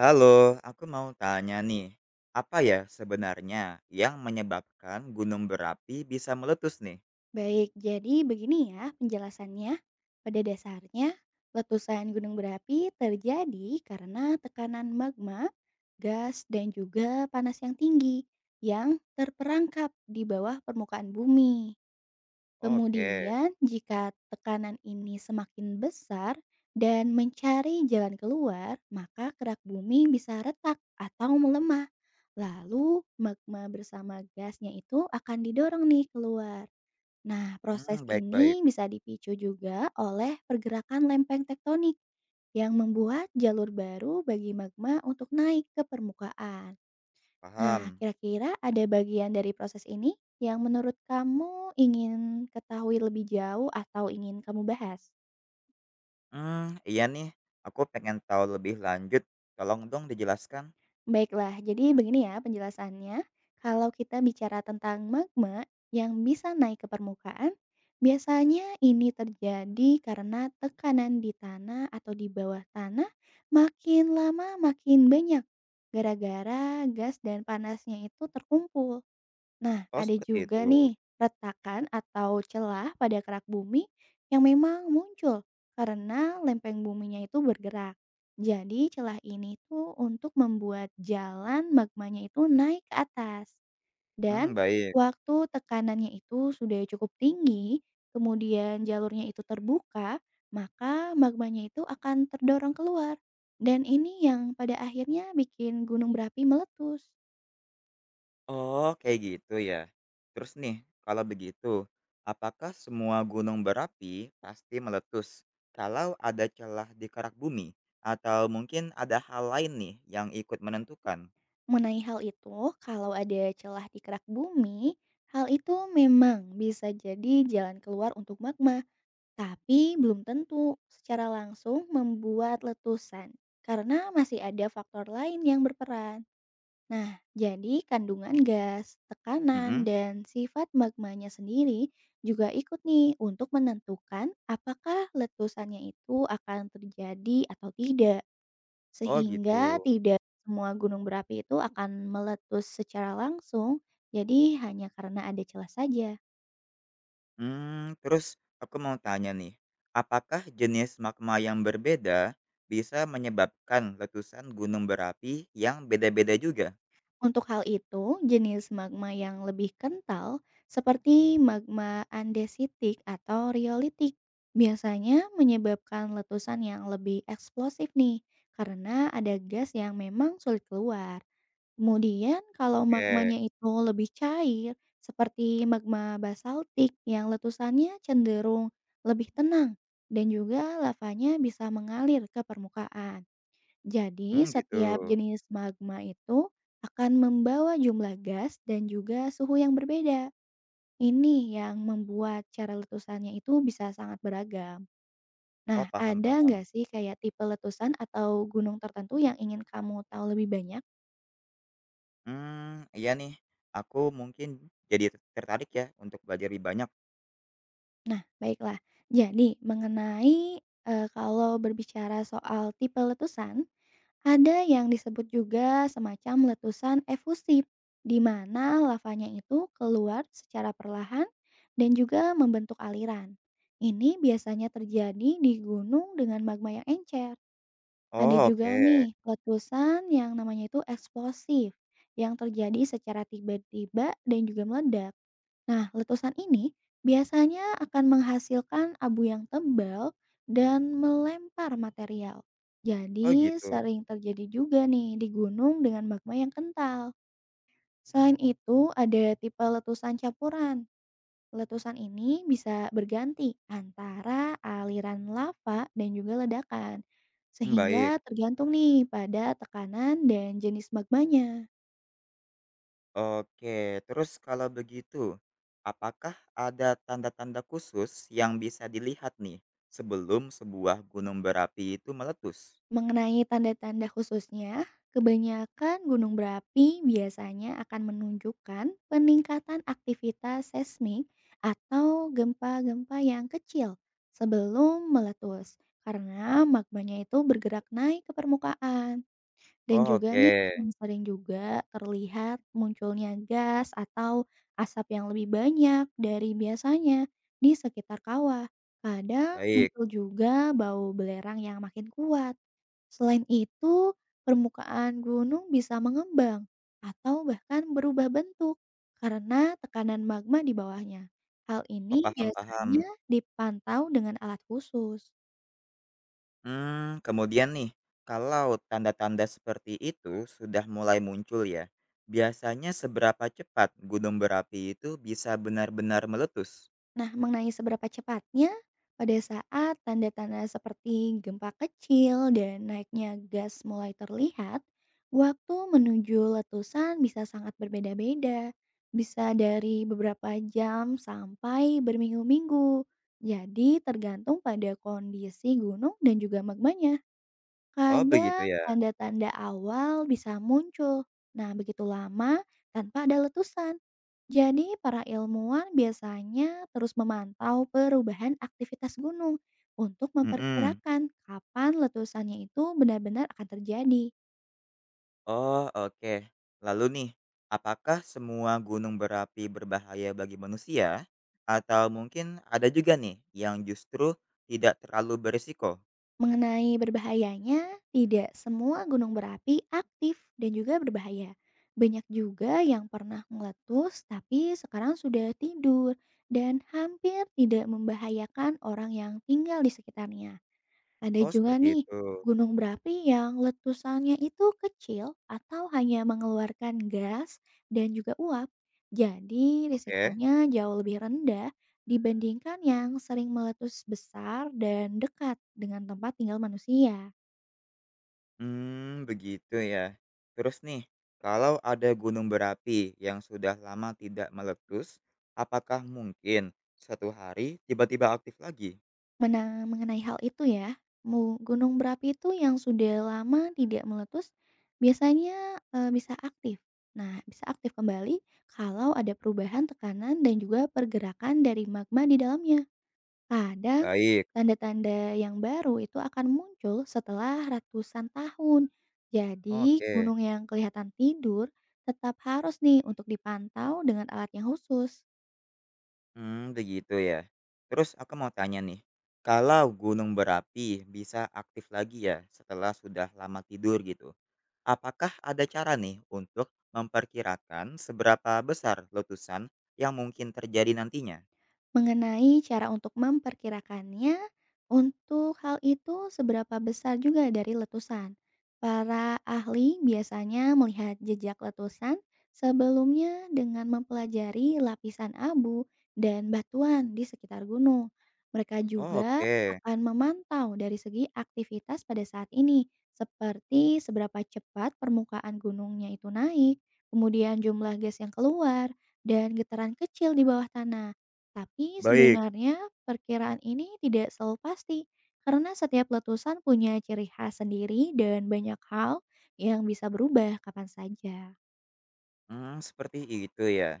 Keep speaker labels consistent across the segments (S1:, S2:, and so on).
S1: Halo, aku mau tanya nih, apa ya sebenarnya yang menyebabkan gunung berapi bisa meletus nih?
S2: Baik, jadi begini ya penjelasannya. Pada dasarnya, letusan gunung berapi terjadi karena tekanan magma, gas, dan juga panas yang tinggi yang terperangkap di bawah permukaan bumi.
S1: Oke,
S2: Kemudian, jika tekanan ini semakin besar dan mencari jalan keluar, maka kerak bumi bisa retak atau melemah. Lalu, magma bersama gasnya itu akan didorong nih keluar. Nah, proses
S1: hmm, baik-baik,
S2: ini bisa dipicu juga oleh pergerakan lempeng tektonik yang membuat jalur baru bagi magma untuk naik ke permukaan. Nah,
S1: paham.
S2: kira-kira ada bagian dari proses ini yang menurut kamu ingin ketahui lebih jauh atau ingin kamu bahas?
S1: Hmm, iya nih, aku pengen tahu lebih lanjut. Tolong dong dijelaskan.
S2: Baiklah, jadi begini ya penjelasannya. Kalau kita bicara tentang magma yang bisa naik ke permukaan, biasanya ini terjadi karena tekanan di tanah atau di bawah tanah makin lama makin banyak. Gara-gara gas dan panasnya itu terkumpul. Nah,
S1: Oh,
S2: ada
S1: seperti itu.
S2: juga nih retakan atau celah pada kerak bumi yang memang muncul karena lempeng buminya itu bergerak. Jadi celah ini tuh untuk membuat jalan magmanya itu naik ke atas. Dan
S1: Hmm, baik.
S2: waktu tekanannya itu sudah cukup tinggi, kemudian jalurnya itu terbuka, maka magmanya itu akan terdorong keluar. Dan ini yang pada akhirnya bikin gunung berapi meletus.
S1: Oh, kayak gitu ya. Terus nih, kalau begitu, apakah semua gunung berapi pasti meletus kalau ada celah di kerak bumi? Atau mungkin ada hal lain nih yang ikut menentukan?
S2: Mengenai hal itu, kalau ada celah di kerak bumi, hal itu memang bisa jadi jalan keluar untuk magma, tapi belum tentu secara langsung membuat letusan karena masih ada faktor lain yang berperan. Nah, jadi kandungan gas, tekanan,
S1: Mhm.
S2: dan sifat magmanya sendiri juga ikut nih untuk menentukan apakah letusannya itu akan terjadi atau tidak.
S1: Oh
S2: Sehingga
S1: gitu.
S2: tidak semua gunung berapi itu akan meletus secara langsung, jadi hanya karena ada celah saja.
S1: Terus aku mau tanya nih, apakah jenis magma yang berbeda bisa menyebabkan letusan gunung berapi yang beda-beda juga?
S2: Untuk hal itu, jenis magma yang lebih kental seperti magma andesitik atau riolitik biasanya menyebabkan letusan yang lebih eksplosif nih, karena ada gas yang memang sulit keluar. Kemudian kalau
S1: Oke,
S2: magmanya itu lebih cair, seperti magma basaltik yang letusannya cenderung lebih tenang dan juga lavanya bisa mengalir ke permukaan. Jadi
S1: hmm, gitu.
S2: setiap jenis magma itu akan membawa jumlah gas dan juga suhu yang berbeda. Ini yang membuat cara letusannya itu bisa sangat beragam.
S1: Oh,
S2: Nah, ada nggak
S1: paham-paham.
S2: sih kayak tipe letusan atau gunung tertentu yang ingin kamu tahu lebih banyak?
S1: Iya nih, aku mungkin jadi tertarik ya untuk belajar lebih banyak.
S2: Nah, baiklah. Jadi, mengenai, kalau berbicara soal tipe letusan, ada yang disebut juga semacam letusan efusif, di mana lavanya itu keluar secara perlahan dan juga membentuk aliran. Ini biasanya terjadi di gunung dengan magma yang encer. Ada
S1: Oh,
S2: juga
S1: oke.
S2: nih letusan yang namanya itu eksplosif, yang terjadi secara tiba-tiba dan juga meledak. Nah, letusan ini biasanya akan menghasilkan abu yang tebal dan melempar material.
S1: Oh,
S2: Jadi,
S1: gitu.
S2: sering terjadi juga nih di gunung dengan magma yang kental. Selain itu, ada tipe letusan campuran. Letusan ini bisa berganti antara aliran lava dan juga ledakan,
S1: Mmm,
S2: sehingga
S1: baik.
S2: tergantung nih pada tekanan dan jenis magmanya.
S1: Oke, terus kalau begitu, apakah ada tanda-tanda khusus yang bisa dilihat nih sebelum sebuah gunung berapi itu meletus?
S2: Mengenai tanda-tanda khususnya, kebanyakan gunung berapi biasanya akan menunjukkan peningkatan aktivitas seismik atau gempa-gempa yang kecil sebelum meletus karena magmanya itu bergerak naik ke permukaan. Dan
S1: Oh,
S2: juga nih,
S1: oke,
S2: Mmm. sering juga terlihat munculnya gas atau asap yang lebih banyak dari biasanya di sekitar kawah. Kadang
S1: baik.
S2: muncul juga bau belerang yang makin kuat. Selain itu, permukaan gunung bisa mengembang atau bahkan berubah bentuk karena tekanan magma di bawahnya. Hal
S1: Oh,
S2: ini
S1: paham paham.
S2: biasanya dipantau dengan alat khusus.
S1: Kemudian nih, kalau tanda-tanda seperti itu sudah mulai muncul ya, biasanya seberapa cepat gunung berapi itu bisa benar-benar meletus?
S2: Nah, mengenai seberapa cepatnya, pada saat tanda-tanda seperti gempa kecil dan naiknya gas mulai terlihat, waktu menuju letusan bisa sangat berbeda-beda. Bisa dari beberapa jam sampai berminggu-minggu. Jadi tergantung pada kondisi gunung dan juga magmanya.
S1: Oh begitu
S2: Kadang
S1: ya?
S2: tanda-tanda awal bisa muncul, nah begitu lama tanpa ada letusan. Jadi para ilmuwan biasanya terus memantau perubahan aktivitas gunung untuk
S1: Mhm.
S2: memperkirakan kapan letusannya itu benar-benar akan terjadi.
S1: Oh oke. Lalu nih, apakah semua gunung berapi berbahaya bagi manusia? Atau mungkin ada juga nih yang justru tidak terlalu berisiko?
S2: Mengenai berbahayanya, tidak semua gunung berapi aktif dan juga berbahaya. Banyak juga yang pernah meletus tapi sekarang sudah tidur dan hampir tidak membahayakan orang yang tinggal di sekitarnya. Ada
S1: Oh
S2: juga
S1: seperti
S2: nih
S1: itu.
S2: gunung berapi yang letusannya itu kecil atau hanya mengeluarkan gas dan juga uap. Jadi
S1: Oke.
S2: risikonya jauh lebih rendah dibandingkan yang sering meletus besar dan dekat dengan tempat tinggal manusia.
S1: Hmm begitu ya. Terus nih, kalau ada gunung berapi yang sudah lama tidak meletus, apakah mungkin suatu hari tiba-tiba aktif lagi?
S2: Menang mengenai hal itu ya, gunung berapi itu yang sudah lama tidak meletus biasanya bisa aktif. Nah, bisa aktif kembali kalau ada perubahan tekanan dan juga pergerakan dari magma di dalamnya. Kadang,
S1: Baik,
S2: tanda-tanda yang baru itu akan muncul setelah ratusan tahun. Jadi,
S1: oke.
S2: gunung yang kelihatan tidur tetap harus nih untuk dipantau dengan alat yang khusus.
S1: Hmm begitu ya. Terus aku mau tanya nih, kalau gunung berapi bisa aktif lagi ya setelah sudah lama tidur gitu, apakah ada cara nih untuk memperkirakan seberapa besar letusan yang mungkin terjadi nantinya?
S2: Mengenai cara untuk memperkirakannya, untuk hal itu seberapa besar juga dari letusan. Para ahli biasanya melihat jejak letusan sebelumnya dengan mempelajari lapisan abu dan batuan di sekitar gunung. Mereka juga
S1: Oke,
S2: akan memantau dari segi aktivitas pada saat ini, seperti seberapa cepat permukaan gunungnya itu naik, kemudian jumlah gas yang keluar, dan getaran kecil di bawah tanah. Tapi
S1: baik.
S2: sebenarnya perkiraan ini tidak selalu pasti karena setiap letusan punya ciri khas sendiri dan banyak hal yang bisa berubah kapan saja.
S1: Hmm seperti itu ya.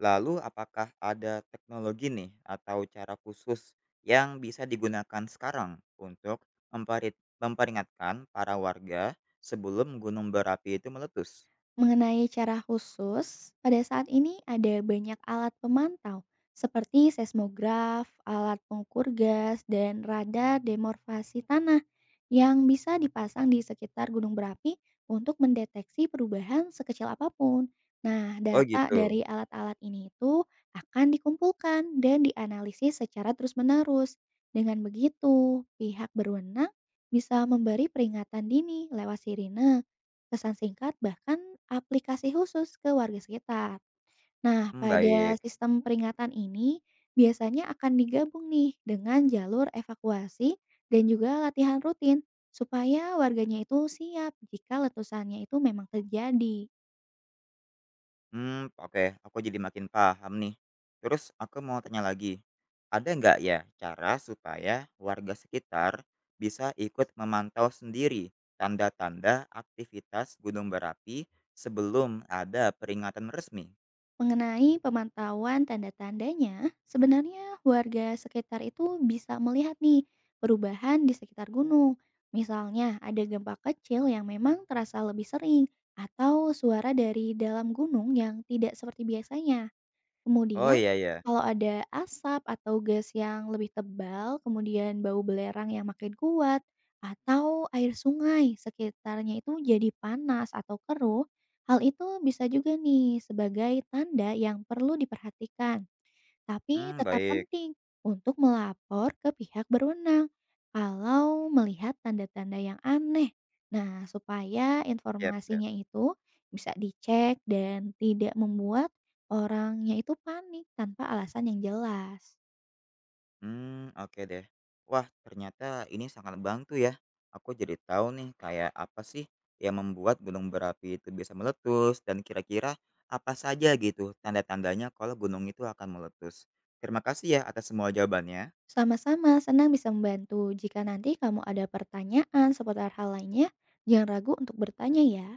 S1: Lalu apakah ada teknologi nih atau cara khusus yang bisa digunakan sekarang untuk memperit memperingatkan para warga sebelum gunung berapi itu meletus?
S2: Mengenai cara khusus, pada saat ini ada banyak alat pemantau seperti seismograf, alat pengukur gas, dan radar demorfasi tanah yang bisa dipasang di sekitar gunung berapi untuk mendeteksi perubahan sekecil apapun. Nah,
S1: Oh
S2: data
S1: gitu,
S2: dari alat-alat ini itu akan dikumpulkan dan dianalisis secara terus-menerus. Dengan begitu, pihak berwenang bisa memberi peringatan dini lewat sirine pesan singkat, bahkan aplikasi khusus ke warga sekitar. Nah,
S1: hmm
S2: pada
S1: baik.
S2: sistem peringatan ini biasanya akan digabung nih dengan jalur evakuasi dan juga latihan rutin supaya warganya itu siap jika letusannya itu memang terjadi.
S1: Oke, aku jadi makin paham nih. Terus aku mau tanya lagi, ada nggak ya cara supaya warga sekitar bisa ikut memantau sendiri tanda-tanda aktivitas gunung berapi sebelum ada peringatan resmi?
S2: Mengenai pemantauan tanda-tandanya, sebenarnya warga sekitar itu bisa melihat nih perubahan di sekitar gunung. Misalnya ada gempa kecil yang memang terasa lebih sering atau suara dari dalam gunung yang tidak seperti biasanya.
S1: Oh,
S2: Kemudian
S1: iya ya.
S2: kalau ada asap atau gas yang lebih tebal, kemudian bau belerang yang makin kuat, atau air sungai sekitarnya itu jadi panas atau keruh, hal itu bisa juga nih sebagai tanda yang perlu diperhatikan tapi
S1: Hmm
S2: tetap
S1: baik,
S2: penting untuk melapor ke pihak berwenang kalau melihat tanda-tanda yang aneh. Nah, supaya
S1: siap siap.
S2: informasinya itu bisa dicek dan tidak membuat orangnya itu panik tanpa alasan yang jelas.
S1: Hmm oke deh. Wah, ternyata ini sangat membantu ya. Aku jadi tahu nih kayak apa sih yang membuat gunung berapi itu bisa meletus dan kira-kira apa saja gitu tanda-tandanya kalau gunung itu akan meletus. Terima kasih ya atas semua jawabannya.
S2: Sama-sama, senang bisa membantu. Jika nanti kamu ada pertanyaan seputar hal lainnya, jangan ragu untuk bertanya ya.